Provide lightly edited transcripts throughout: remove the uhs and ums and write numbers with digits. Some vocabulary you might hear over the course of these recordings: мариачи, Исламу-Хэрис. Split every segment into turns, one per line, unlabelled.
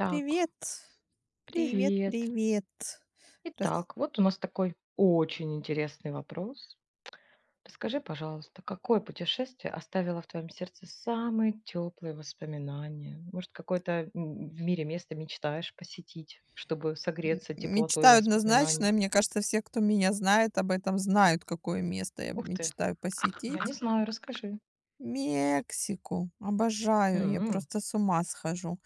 Так,
Привет. Привет,
привет.
привет. Раз
Итак, вот у нас такой очень интересный вопрос. Расскажи, пожалуйста, какое путешествие оставило в твоем сердце самые теплые воспоминания? Может, какое-то в мире место мечтаешь посетить, чтобы
м
согреться теплотой
Мечта
воспоминаний?
однозначная. Мне кажется, все, кто меня знает, об этом знают, какое место я
Ух ты,
мечтаю
я
посетить.
не знаю, расскажи.
Мексику. Обожаю. Я
М,
просто с ума схожу.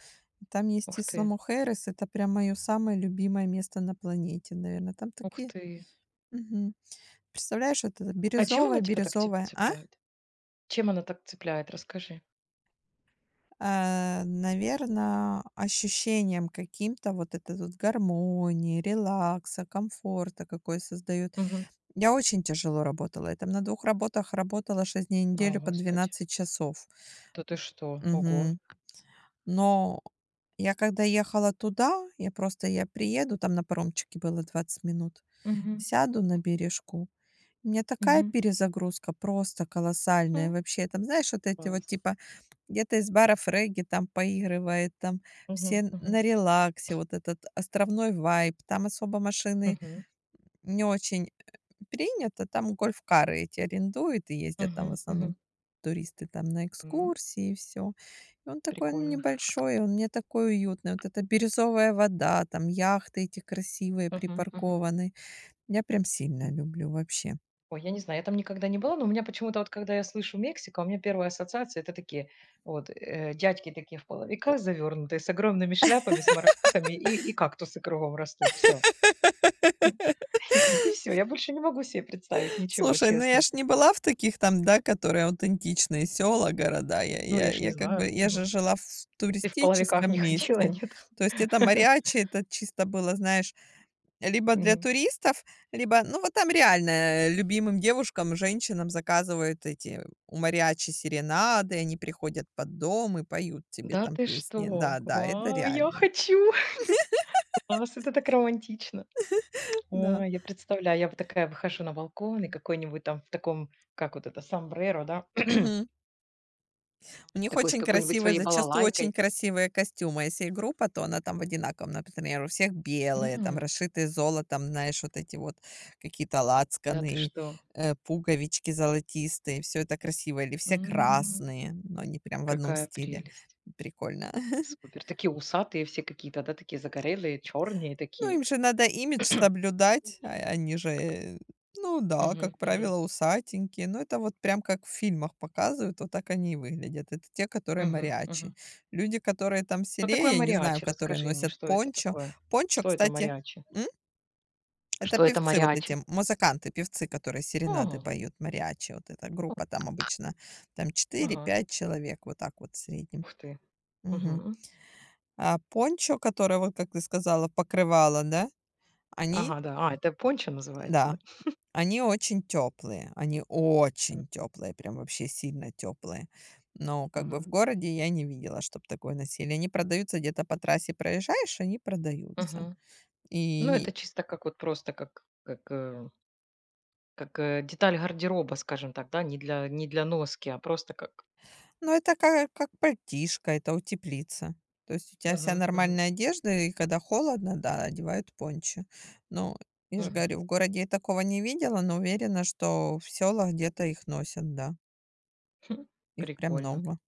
Там есть
Ух ты,
Исламу-Хэрис. Это прям мое самое любимое место на планете, наверное. Там
ух
такие.
ты.
Мгм. Представляешь, вот это
А чем она тебя так
бирюзовое-бирюзовое, а?
цепляет? Чем она так цепляет? Расскажи.
Наверное, ощущением каким-то вот этой вот гармонии, релакса, комфорта, какой создает.
Мгм.
Я очень тяжело работала. Я там на двух работах работала 6 дней в
О,
неделю по
Господи.
12 часов.
Да ты что? Ого.
Мгм. Но я когда ехала туда, я просто я приеду, там на паромчике было 20 минут,
Угу.
сяду на бережку, у меня такая перезагрузка просто колоссальная
Угу.
вообще. Там, знаешь, вот эти вот
Класс.
типа где-то из баров регги там поигрывает, там
Мгм,
все
мгм,
на релаксе, вот этот островной вайб, там особо машины
мгм,
не очень принято, там гольф-кары эти арендуют и ездят там в
мгм,
основном
мгм,
туристы там на
м.
экскурсии и все. И он такой, ну,
Прикольно.
небольшой, он мне такой уютный. Вот эта бирюзовая вода, там яхты эти красивые
Мгм, мгм.
припаркованы. Я прям сильно люблю вообще.
Ой, я не знаю, я там никогда не была, но у меня почему-то вот, когда я слышу Мексика, у меня первая ассоциация — это такие вот, дядьки такие в половиках завернутые, с огромными шляпами, с маракасами и кактусы кругом растут. Все. И все, я больше не могу себе представить ничего,
Слушай, ну я
честно.
ж не была в таких там, да, которые аутентичные села, города. Я
Ну,
я
я ж не
я как бы
знаю.
я же
Мгм.
жила в
Ты в половиках
туристическом
не ходила,
месте.
нет?
То есть это мариачи, это чисто было, знаешь, либо для
Мгм.
туристов, либо ну вот там реально, любимым девушкам, женщинам заказывают эти у мариачи серенады, они приходят под дом и поют тебе
Да
там
ты
песни.
что?
Да, да, это
Вау, я
реально.
хочу! Класс, это так романтично.
Да.
Ой, я представляю, я вот такая выхожу на балкон и какой-нибудь там в таком, как вот это, сомбреро, да,
Мгм. У них
такой с
очень
какой-нибудь
красивые,
своей
зачастую очень
балалайкой.
красивые костюмы. Если и группа, то она там в одинаковом, например, у всех белые, там
М,
расшитые золотом, знаешь, вот эти вот какие-то
да ты
лацканы,
что?
пуговички золотистые, все это красиво. Или все
М,
красные, но они прям в одном
Какая
стиле.
прелесть.
Прикольно.
Супер. Такие усатые все какие-то, да, такие загорелые, черные
Ну,
такие.
им же надо имидж соблюдать, а они же, ну да,
Мгм,
как
мгм,
правило, усатенькие. Но это вот прям как в фильмах показывают, вот так они и выглядят. Это те, которые
мгм,
мариачи.
мгм.
Люди, которые там в
Что
селе,
такое
я не знаю,
мариачи?
которые
Расскажи мне,
носят
что это
пончо.
такое?
Пончо,
Что это
кстати,
мариачи?
м? Это
Что это
певцы вот эти,
мариачи?
музыканты, певцы, которые серенады поют, мариачи. Вот эта
О.
группа там обычно, там четыре
Ага,
пять человек, вот так вот в среднем.
ух ты.
Мгм.
Мгм.
А пончо, которое, вот как ты сказала, покрывало, они
Ага, да. А, это пончо называется, да?
да. Они
Мгм.
очень теплые, прям вообще сильно теплые. Но как бы в
Мгм.
городе я не видела, чтобы такое носили. Они продаются, где-то по трассе проезжаешь, они продаются.
Ну, это
И,
чисто как вот просто как деталь гардероба, скажем так, да, не для носки, а просто как там.
ну, это как пальтишко, это утеплица. То есть у тебя вся
Мгм. Мгм.
нормальная одежда, и когда холодно, да, одевают пончо. Ну, я же
Мгм.
говорю, в городе я такого не видела, но уверена, что в селах где-то их носят, да.
Хм,
Их прям
прикольно.
много.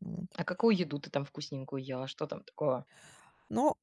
Вот.
А какую еду ты там вкусненькую ела? Что там такого?
Но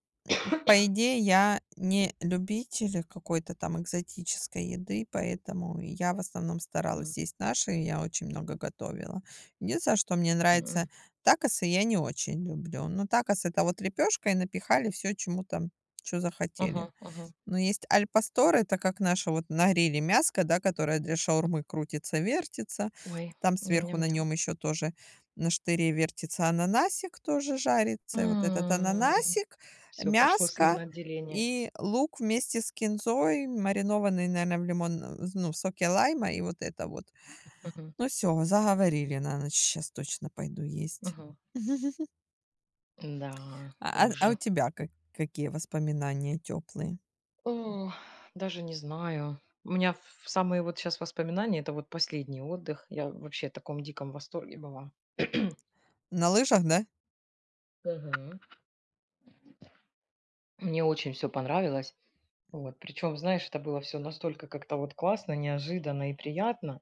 по идее, я не любитель какой-то там экзотической еды, поэтому я в основном
М.
старалась есть наши, и я очень много готовила. Единственное, что мне нравится,
М.
такосы я не очень люблю. Но такос — это вот лепешка, и напихали все чему там что захотели.
Мгм, мгм.
Но есть аль Это как наша вот на гриле мяско, да, которое для шаурмы крутится, вертится.
Ой,
Там сверху на
ням-ням-ням.
нем еще тоже на штыре вертится ананасик, тоже жарится. И вот этот ананасик,
Все, пошло
мяско
слюноотделение.
и лук вместе с кинзой, маринованный, наверное, в лимон э, ну, в соке лайма, и вот это вот.
Мгм,
Ну все, заговорили на ночь. Щас точно пойду есть.
мгм. Да,
А у
уж.
тебя какие воспоминания теплые?
О, даже не знаю. У меня в самые вот сейчас воспоминания, это вот последний отдых. Я вообще в таком диком восторге была.
На лыжах, да?
Мгм. Мне очень все понравилось. Вот. Причем, знаешь, это было все настолько как-то вот классно, неожиданно и приятно.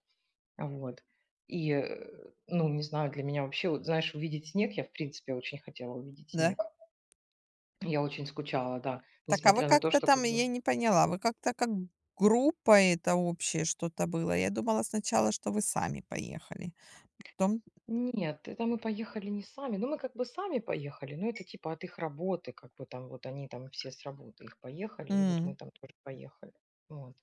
Вот. И, ну, не знаю, для меня вообще, вот, знаешь, увидеть снег, я, в принципе, очень хотела увидеть
Да.
снег. Я очень скучала, да,
Так, а вы
несмотря на то,
как-то
что
там,
как
я
бы.
не поняла, вы как-то как группа это общее что-то было? Я думала сначала, что вы сами поехали. Потом,
Нет, это мы поехали не сами. Ну, мы как бы сами поехали, но это типа от их работы, как бы там вот они там все с работы их поехали, и вот
м,
мы там тоже поехали. Вот.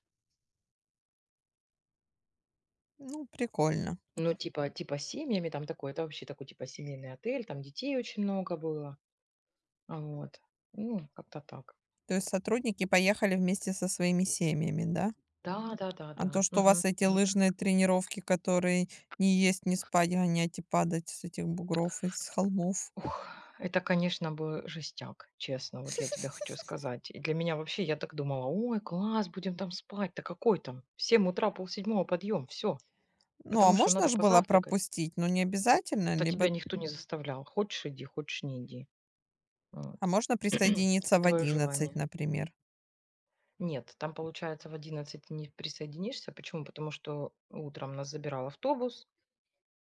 ну, прикольно.
Ну, типа, типа семьями там такое, это вообще такой типа семейный отель, там детей очень много было. А вот. Ну, как-то так.
То есть сотрудники поехали вместе со своими семьями, да?
Да, да, да,
А
да.
то, что у
Мгм,
вас эти
мгм.
лыжные тренировки, которые не есть, не спать, гонять и падать с этих бугров и с холмов.
Ух, это, конечно, был жестяк, честно, вот я тебе хочу сказать. И для меня вообще, я так думала, ой, класс, будем там спать, да какой там? В 7 утра, полседьмого подъем, все.
Ну, а
Потому что
можно
надо
же было
позавтракать.
пропустить, но не обязательно,
Да
либо...
тебя никто не заставлял. Хочешь — иди, хочешь — не иди.
А
Вот.
можно присоединиться
Это
в
твое
11,
желание.
например.
Нет, там, получается, в 11 ты не присоединишься. Почему? Потому что утром нас забирал автобус,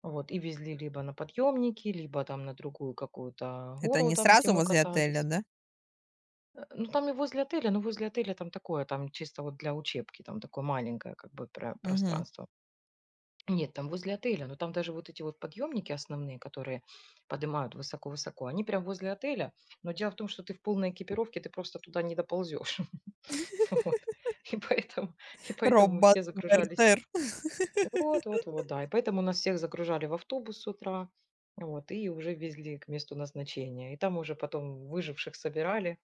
вот, и везли либо на подъемники, либо там на другую какую-то
Это
гору,
не
там, где
сразу
мы
возле отеля,
катались.
да?
Ну, там и возле отеля, но возле отеля там такое, там чисто вот для учебки, там такое маленькое как бы
Мгм.
пространство. Нет, там возле отеля, но там даже вот эти вот подъемники основные, которые поднимают высоко-высоко, они прям возле отеля. Но дело в том, что ты в полной экипировке, ты просто туда не доползешь. Вот. И поэтому, и поэтому мы
Робот
все загружались.
Вертер.
Вот, вот, вот, да. И поэтому нас всех загружали в автобус с утра, вот, и уже везли к месту назначения. И там уже потом выживших собирали,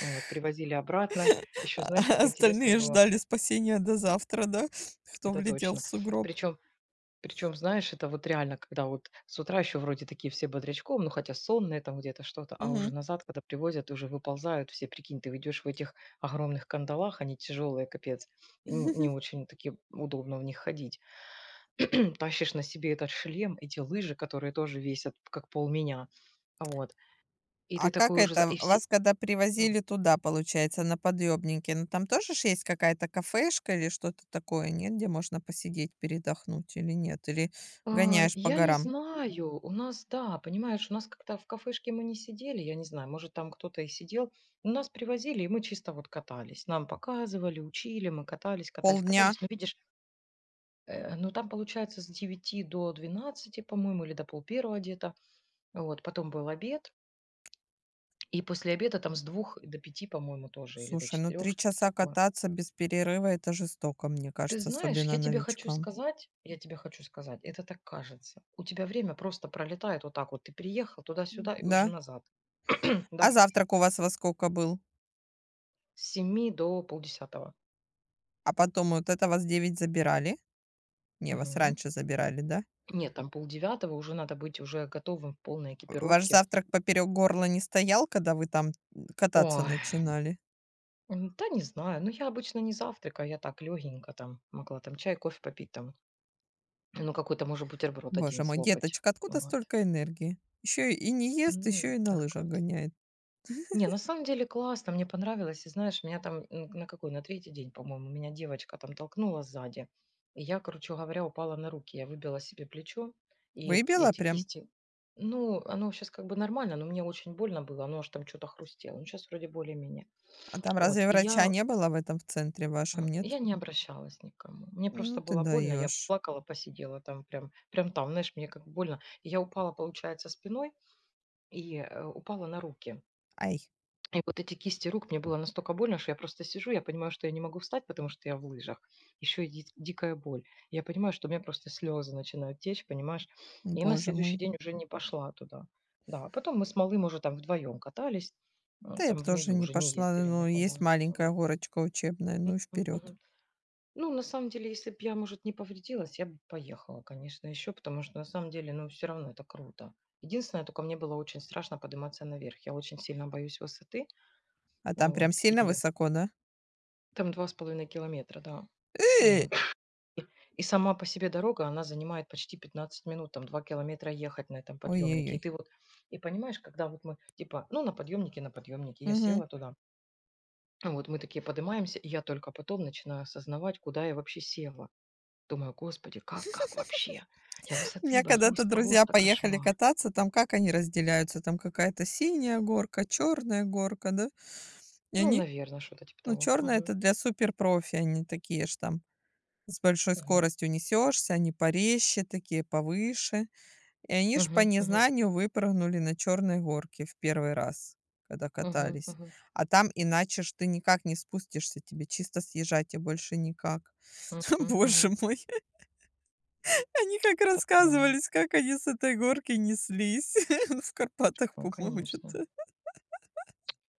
вот, привозили обратно. Еще, знаешь,
А
так интересно
остальные
было,
ждали спасения до завтра, да? Кто
это
влетел в
точно.
сугроб.
Причем Причем, знаешь, это вот реально, когда вот с утра еще вроде такие все бодрячком, ну хотя сонные там где-то что-то, а уже
Мгм.
назад, когда привозят, уже выползают все, прикинь, ты идешь в этих огромных кандалах, они тяжелые, капец, и не очень таки удобно в них ходить. Тащишь на себе этот шлем, эти лыжи, которые тоже весят как пол меня, вот. И
А
ты
как
такой уже,
это,
и все.
вас когда привозили туда, получается, на подъемнике? Ну, там тоже ж есть какая-то кафешка или что-то такое, нет, где можно посидеть, передохнуть или нет? Или
А,
гоняешь по
я не
горам?
знаю. У нас, да, понимаешь, у нас как-то в кафешке мы не сидели, я не знаю, может, там кто-то и сидел. Но нас привозили, и мы чисто вот катались. Нам показывали, учили, мы катались, катались,
Полдня?
катались. Но видишь, ну там получается с 9 до 12, по-моему, или до полпервого где-то. Вот, потом был обед. И после обеда там с 2 до 5, по-моему, тоже, или до
Слушай, ну
четырех,
три
что-то
часа
такое.
кататься без перерыва — это жестоко, мне
Ты
кажется,
знаешь,
особенно
я тебе хочу
новичкам.
сказать, я тебе хочу сказать, это так кажется. У тебя время просто пролетает вот так вот. Ты приехал
М,
туда-сюда и уже
да?
назад.
А
Да,
завтрак у вас во сколько был?
с семи до полдесятого.
А потом вот это вас 9 забирали? Не, вас
Мгм.
раньше забирали, да?
Нет, там полдевятого уже надо быть уже готовым в полной
Ваш
экипировке.
завтрак поперек горла не стоял, когда вы там кататься
Ой,
начинали?
да не знаю, ну я обычно не завтракаю, я так легенько там могла там чай, кофе попить там, ну какой-то, может, бутерброд
Боже
один
мой,
слопать.
деточка, откуда
Вот.
столько энергии? Еще и не ест,
Ну,
еще
вот
и на
так
лыжах
вот.
гоняет.
Не, на самом деле классно, мне понравилось. И знаешь, меня там на какой, на третий день, по-моему, меня девочка там толкнула сзади. И я, короче говоря, упала на руки. Я выбила себе плечо и
Выбила
эти
прям?
кисти. Ну, оно сейчас как бы нормально, но мне очень больно было. Оно аж там что-то хрустело. Ну, сейчас вроде более-менее.
А там
Вот,
разве
и
врача
я,
не было в этом в центре вашем, нет?
я не обращалась никому. Мне просто
Ну ты
было больно. Я
даешь.
плакала, посидела там прям, прям там, знаешь, мне как больно. И я упала, получается, спиной и упала на руки.
Ай,
И вот эти кисти рук, мне было настолько больно, что я просто сижу, я понимаю, что я не могу встать, потому что я в лыжах. Еще и дикая боль. Я понимаю, что у меня просто слезы начинают течь, понимаешь? И на
боже
следующий
мой.
день уже не пошла туда. Да, а потом мы с малым уже там вдвоем катались,
Да я бы
там
тоже
внизу
не
уже не
пошла,
ездили
ну, есть
никуда.
маленькая
Вот.
горочка учебная, ну и вперед.
Мгм. Ну, на самом деле, если бы я, может, не повредилась, я бы поехала, конечно, еще, потому что на самом деле, ну, все равно это круто. Единственное, только мне было очень страшно подниматься наверх. Я очень сильно боюсь высоты.
А
А
там прям
вот.
сильно
И
высоко, да?
там 2,5 километра, да.
Э!
Вот. И сама по себе дорога, она занимает почти 15 минут, там 2 километра ехать на этом подъемнике. И
Ой-ой-ой.
ты вот, и понимаешь, когда вот мы, типа, ну, на подъемнике, я
Мгм.
села туда, а вот мы такие поднимаемся, и я только потом начинаю осознавать, куда я вообще села. Думаю, господи, как вообще? Я
У
высоты
меня когда-то
боюсь,
друзья
просто
поехали
кошмар.
кататься, там как они разделяются? Там какая-то синяя горка, черная горка, да? И
Ну,
они,
наверное, что-то типа
ну,
того.
черная это
Мгм.
для суперпрофи, они такие ж там с большой
Мгм.
скоростью несешься, они порезче такие, повыше. И они ж по
Мгм. Мгм.
незнанию выпрыгнули на черной горке в первый раз, когда
Мгм.
катались.
Мгм.
А там иначе ж ты никак не спустишься, тебе чисто съезжать и больше никак.
Мгм.
Боже
Мгм.
мой. Они как
Да, да.
рассказывались, как они с этой горки неслись в Карпатах,
Ну,
по-моему,
конечно.
где-то.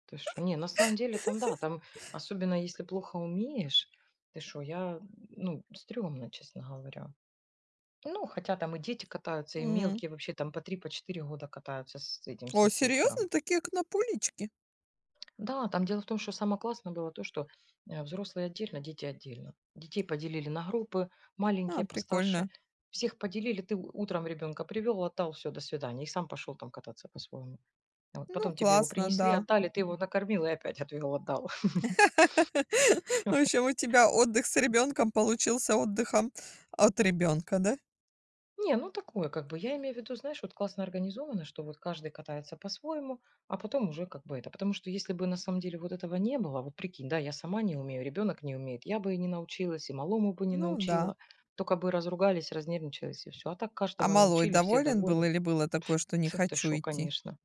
Ты что. Не, на самом деле там, да, там, особенно если плохо умеешь, ты что я, ну, стрёмно, честно говоря. Ну, хотя там и дети катаются, и
М.
мелкие вообще там по 3 по 4 года катаются с этим, с
О,
инструктором.
серьезно? Такие конопулички?
Да, там дело в том, что самое классное было то, что, взрослые отдельно, дети отдельно. Детей поделили на группы,
А,
маленькие, постарше.
прикольно.
Всех поделили, ты у утром ребенка привёл, отдал, всё, до свидания. И сам пошёл там кататься по-своему. Вот
Ну,
потом тебе его
классно,
принесли,
да.
отдали, ты его накормил и опять отвёл, отдал.
В общем, у тебя отдых с ребенком получился отдыхом от ребенка, да?
Не, ну такое, как бы, я имею в виду, знаешь, вот классно организовано, что вот каждый катается по-своему, а потом уже как бы это. Потому что если бы на самом деле вот этого не было, вот прикинь, да, я сама не умею, ребенок не умеет, я бы и не научилась, и малому бы не
Ну да.
научила, только бы разругались, разнервничались и все. А так
А
каждого
малой
научили, все
доволен был
довольны.
или было такое, что не
Ты
хочу
шо,
идти?
конечно.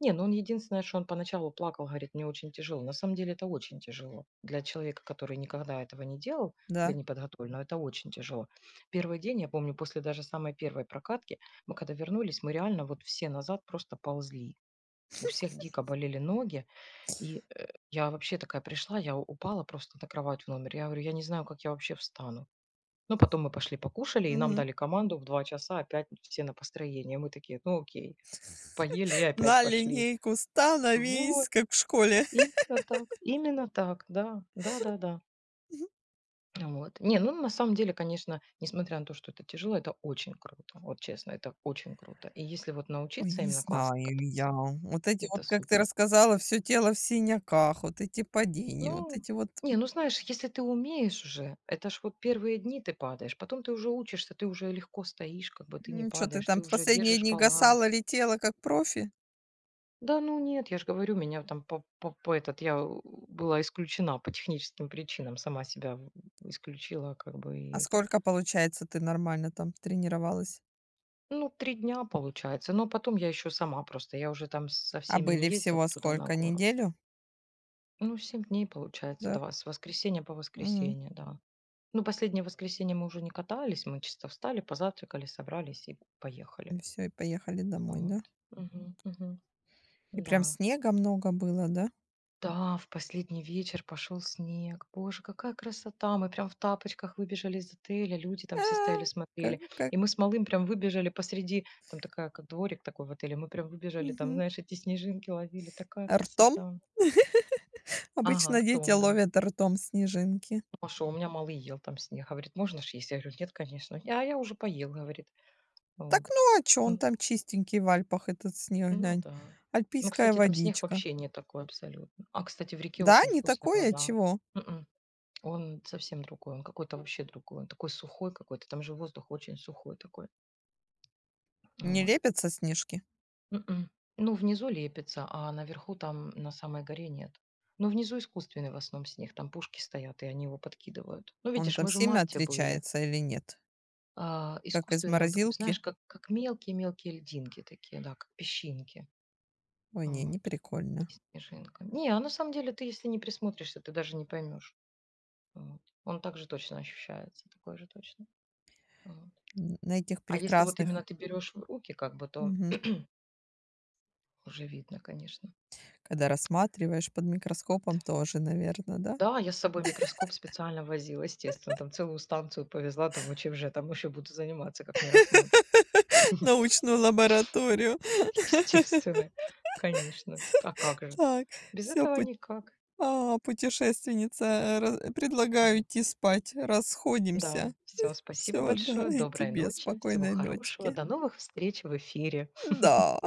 Не, ну он единственное, что он поначалу плакал, говорит: "Мне очень тяжело". На самом деле это очень тяжело. Для человека, который никогда этого не делал, для
Да.
неподготовленного, это очень тяжело. Первый день, я помню, после даже самой первой прокатки, мы когда вернулись, мы реально вот все назад просто ползли. У всех дико болели ноги. И, я вообще такая пришла, я упала просто на кровать в номер. Я говорю: "Я не знаю, как я вообще встану". Ну, потом мы пошли покушали, и нам
Мгм.
дали команду в 2 часа опять все на построение. Мы такие: "Ну, окей". Поели и опять
На
пошли.
линейку становись,
Вот.
как в школе.
Именно так, да, да-да-да. Вот. Не, ну, на самом деле, конечно, несмотря на то, что это тяжело, это очень круто. Вот честно, это очень круто. И если вот
Ой,
научиться
не
именно классно
знаю я.
кататься,
Вот эти вот,
это
как ты
супер.
рассказала, все тело в синяках, вот эти падения, вот
Ну,
эти вот,
не, ну знаешь, если ты умеешь уже, это ж вот первые дни ты падаешь, потом ты уже учишься, ты уже легко стоишь, как бы ты не
что ты
падаешь,
там
ты
в
уже
последние
держишь
дни гасала,
баланс.
летела как профи?
Да, ну нет, я же говорю, меня там по этот, я была исключена по техническим причинам, сама себя исключила, как бы,
А
и это.
сколько, получается, ты нормально там тренировалась?
Ну, 3 дня получается, но потом я еще сама просто, я уже там со
А
всеми не
были
ездила
всего
туда на
сколько,
гору.
неделю,
Ну, 7 дней получается,
да?
да, с воскресенья по
М.
воскресенье, да. Ну, последнее воскресенье мы уже не катались, мы чисто встали, позавтракали, собрались и поехали.
И всё, и поехали домой,
Вот.
да?
Мгм, мгм.
И прям
Да.
снега много было, да?
Да, в последний вечер пошел снег. Боже, какая красота! Мы прям в тапочках выбежали из отеля, люди там все стояли,
А,
смотрели.
как,
И мы с малым прям выбежали посреди, там такая, как дворик такой в отеле, мы прям выбежали, там,
мгм.
знаешь, эти снежинки ловили. Такая
Ртом?
красота. Ага,
Обычно дети
ртом, да.
ловят ртом снежинки.
Ну, а что, у меня малый ел там снег. Говорит, можно ж есть? Я говорю, нет, конечно. А я уже поел, говорит.
Так,
Вот.
ну а чё, он
М,
там чистенький в Альпах, этот снег,
Ну
глянь.
да. Ну,
Альпийская
кстати, там снег
водичка.
вообще не такой абсолютно. А, кстати, в реке
Да,
очень
не
вкусная
такое, а
вода.
чего?
Мгм. Он совсем другой, он какой-то вообще другой, он такой сухой какой-то, там же воздух очень сухой такой.
Не
Вот.
лепятся снежки?
м Ну, внизу лепится, а наверху там на самой горе нет. Ну, внизу искусственный в основном снег, там пушки стоят, и они его подкидывают. Ну,
Он
видишь,
там
мы же в
сильно
марте были.
отличается или нет?
А,
Как из
искусственный он такой,
морозилки?
знаешь, как мелкие-мелкие льдинки такие, да, как песчинки.
Ой, не, не
Вот.
прикольно.
Не снежинка. Не, а на самом деле ты, если не присмотришься, ты даже не поймешь. Вот. Он также точно ощущается, такой же точно. Вот.
Н на этих
А если вот
прекрасных.
именно ты берешь в руки, как бы, то
Мгм,
уже видно, конечно.
когда рассматриваешь под
Вот.
микроскопом, тоже, наверное, да?
Да, я с собой микроскоп специально возила, естественно, там целую станцию повезла, думаю, чем же я там еще буду заниматься, как не рассматривать.
Научную лабораторию.
Естественно, конечно. А как же?
Так,
Без
всё,
этого никак.
а, путешественница, э, ра
А.
предлагаю идти спать. Расходимся.
Да, все, спасибо
Все, да,
большое,
и
доброй
тебе
ночи, всего
спокойной
хорошего,
ночки.
до новых встреч в эфире.
Да.